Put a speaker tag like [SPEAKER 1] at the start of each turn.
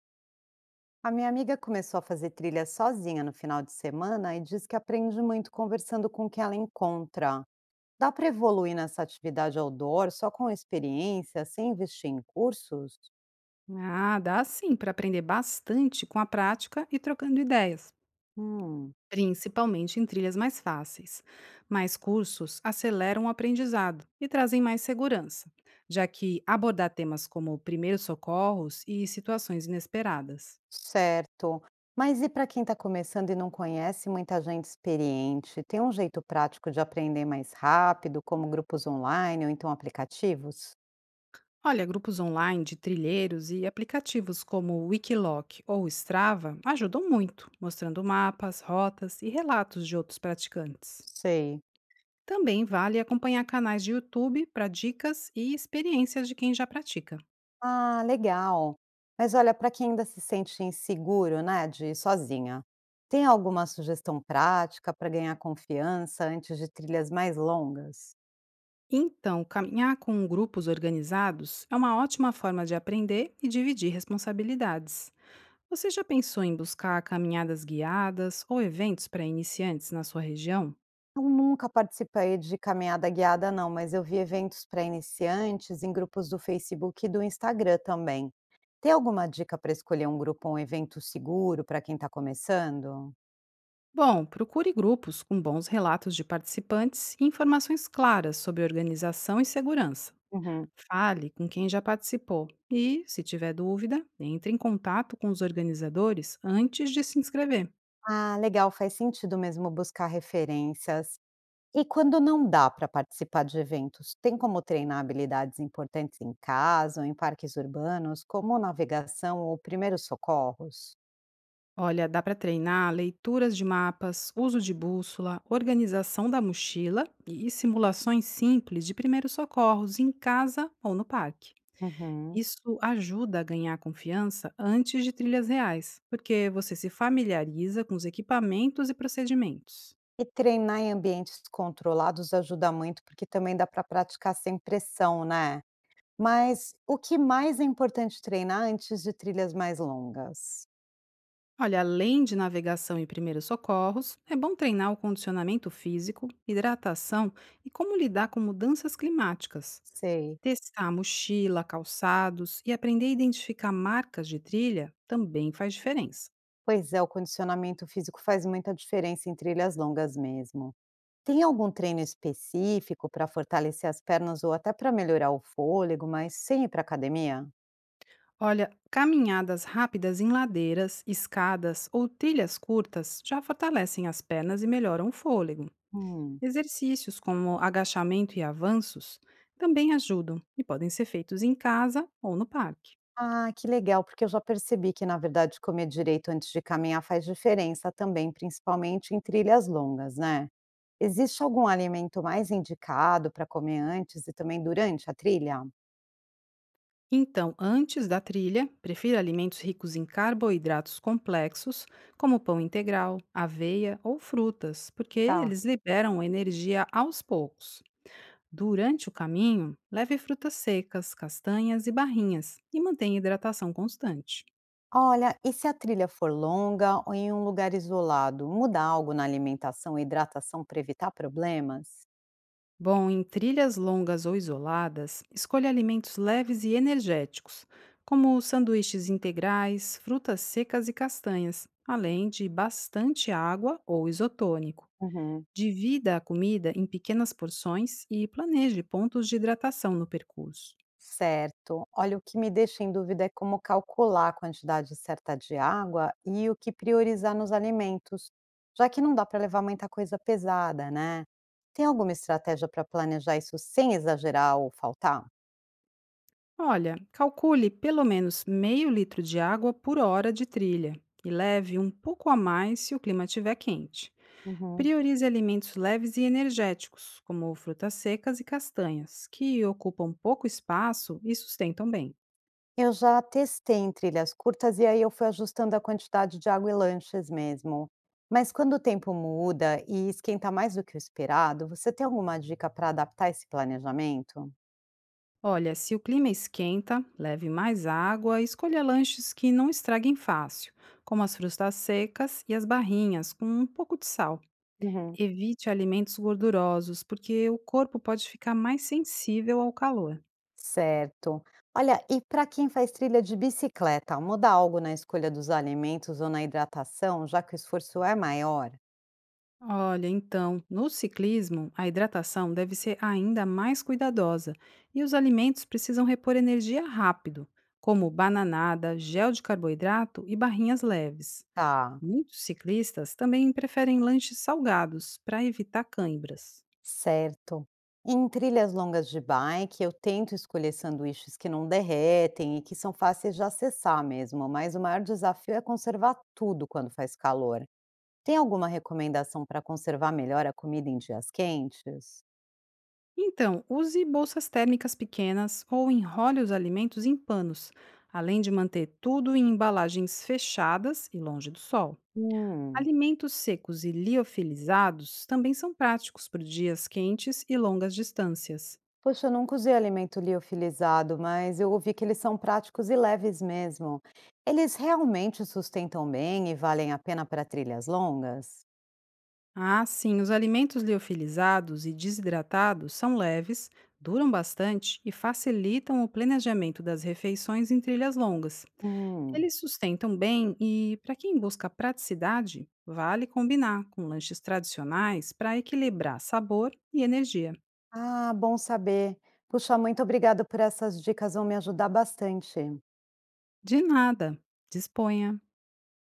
[SPEAKER 1] A minha amiga começou a fazer trilha sozinha no final de semana e diz que aprende muito conversando com o que ela encontra. Dá para evoluir nessa atividade outdoor só com experiência, sem investir em cursos?
[SPEAKER 2] Ah, dá sim para aprender bastante com a prática e trocando ideias,
[SPEAKER 1] Hum,
[SPEAKER 2] principalmente em trilhas mais fáceis. Mas cursos aceleram o aprendizado e trazem mais segurança, já que abordar temas como primeiros socorros e situações inesperadas.
[SPEAKER 1] certo. Mas e para quem está começando e não conhece muita gente experiente, tem um jeito prático de aprender mais rápido, como grupos online ou então aplicativos?
[SPEAKER 2] Olha, grupos online de trilheiros e aplicativos como Wikiloc ou Strava ajudam muito, mostrando mapas, rotas e relatos de outros praticantes.
[SPEAKER 1] Sei.
[SPEAKER 2] Também vale acompanhar canais de YouTube para dicas e experiências de quem já pratica.
[SPEAKER 1] Ah, legal. Mas olha, para quem ainda se sente inseguro, né, de ir sozinha, tem alguma sugestão prática para ganhar confiança antes de trilhas mais longas?
[SPEAKER 2] Então, caminhar com grupos organizados é uma ótima forma de aprender e dividir responsabilidades. Você já pensou em buscar caminhadas guiadas ou eventos para iniciantes na sua região?
[SPEAKER 1] Eu nunca participei de caminhada guiada, não, mas eu vi eventos para iniciantes em grupos do Facebook e do Instagram também. Tem alguma dica para escolher um grupo ou um evento seguro para quem está começando?
[SPEAKER 2] Bom, procure grupos com bons relatos de participantes e informações claras sobre organização e segurança.
[SPEAKER 1] Uhum.
[SPEAKER 2] Fale com quem já participou e, se tiver dúvida, entre em contato com os organizadores antes de se inscrever.
[SPEAKER 1] Ah, legal, faz sentido mesmo buscar referências. E quando não dá para participar de eventos, tem como treinar habilidades importantes em casa ou em parques urbanos, como navegação ou primeiros socorros?
[SPEAKER 2] Olha, dá para treinar leituras de mapas, uso de bússola, organização da mochila e simulações simples de primeiros socorros em casa ou no parque.
[SPEAKER 1] Uhum.
[SPEAKER 2] Isso ajuda a ganhar confiança antes de trilhas reais, porque você se familiariza com os equipamentos e procedimentos.
[SPEAKER 1] E treinar em ambientes controlados ajuda muito, porque também dá para praticar sem pressão, né? Mas o que mais é importante treinar antes de trilhas mais longas?
[SPEAKER 2] Olha, além de navegação e primeiros socorros, é bom treinar o condicionamento físico, hidratação e como lidar com mudanças climáticas.
[SPEAKER 1] Sei.
[SPEAKER 2] Testar mochila, calçados e aprender a identificar marcas de trilha também faz diferença.
[SPEAKER 1] Pois é, o condicionamento físico faz muita diferença em trilhas longas mesmo. Tem algum treino específico para fortalecer as pernas ou até para melhorar o fôlego, mas sem ir para academia?
[SPEAKER 2] Olha, caminhadas rápidas em ladeiras, escadas ou trilhas curtas já fortalecem as pernas e melhoram o fôlego.
[SPEAKER 1] Hum.
[SPEAKER 2] Exercícios como agachamento e avanços também ajudam e podem ser feitos em casa ou no parque.
[SPEAKER 1] Ah, que legal, porque eu já percebi que, na verdade, comer direito antes de caminhar faz diferença também, principalmente em trilhas longas, né? Existe algum alimento mais indicado para comer antes e também durante a trilha?
[SPEAKER 2] Então, antes da trilha, prefira alimentos ricos em carboidratos complexos, como pão integral, aveia ou frutas, porque
[SPEAKER 1] Tá.
[SPEAKER 2] eles liberam energia aos poucos. Durante o caminho, leve frutas secas, castanhas e barrinhas e mantenha hidratação constante.
[SPEAKER 1] Olha, e se a trilha for longa ou em um lugar isolado, muda algo na alimentação e hidratação para evitar problemas?
[SPEAKER 2] Bom, em trilhas longas ou isoladas, escolha alimentos leves e energéticos, como sanduíches integrais, frutas secas e castanhas, além de bastante água ou isotônico.
[SPEAKER 1] Uhum.
[SPEAKER 2] Divida a comida em pequenas porções e planeje pontos de hidratação no percurso.
[SPEAKER 1] Certo. Olha, o que me deixa em dúvida é como calcular a quantidade certa de água e o que priorizar nos alimentos, já que não dá para levar muita coisa pesada, né? Tem alguma estratégia para planejar isso sem exagerar ou faltar?
[SPEAKER 2] Olha, calcule pelo menos meio litro de água por hora de trilha e leve um pouco a mais se o clima estiver quente.
[SPEAKER 1] Uhum.
[SPEAKER 2] Priorize alimentos leves e energéticos, como frutas secas e castanhas, que ocupam pouco espaço e sustentam bem.
[SPEAKER 1] Eu já testei em trilhas curtas e aí eu fui ajustando a quantidade de água e lanches mesmo. Mas quando o tempo muda e esquenta mais do que o esperado, você tem alguma dica para adaptar esse planejamento?
[SPEAKER 2] Olha, se o clima esquenta, leve mais água e escolha lanches que não estraguem fácil, como as frutas secas e as barrinhas, com um pouco de sal.
[SPEAKER 1] Uhum.
[SPEAKER 2] Evite alimentos gordurosos, porque o corpo pode ficar mais sensível ao calor.
[SPEAKER 1] Certo. Olha, e para quem faz trilha de bicicleta, muda algo na escolha dos alimentos ou na hidratação, já que o esforço é maior?
[SPEAKER 2] Olha, então, no ciclismo, a hidratação deve ser ainda mais cuidadosa e os alimentos precisam repor energia rápido, como bananada, gel de carboidrato e barrinhas leves.
[SPEAKER 1] Tá,
[SPEAKER 2] Muitos ciclistas também preferem lanches salgados para evitar cãibras.
[SPEAKER 1] certo. Em trilhas longas de bike, eu tento escolher sanduíches que não derretem e que são fáceis de acessar mesmo, mas o maior desafio é conservar tudo quando faz calor. Tem alguma recomendação para conservar melhor a comida em dias quentes?
[SPEAKER 2] Então, use bolsas térmicas pequenas ou enrole os alimentos em panos, além de manter tudo em embalagens fechadas e longe do sol.
[SPEAKER 1] Hum.
[SPEAKER 2] Alimentos secos e liofilizados também são práticos por dias quentes e longas distâncias.
[SPEAKER 1] Poxa, eu nunca usei alimento liofilizado, mas eu ouvi que eles são práticos e leves mesmo. Eles realmente sustentam bem e valem a pena para trilhas longas?
[SPEAKER 2] Ah, sim, os alimentos liofilizados e desidratados são leves, duram bastante e facilitam o planejamento das refeições em trilhas longas.
[SPEAKER 1] Hum.
[SPEAKER 2] Eles sustentam bem e, para quem busca praticidade, vale combinar com lanches tradicionais para equilibrar sabor e energia.
[SPEAKER 1] Ah, bom saber. Puxa, muito obrigada por essas dicas, vão me ajudar bastante.
[SPEAKER 2] De nada, disponha!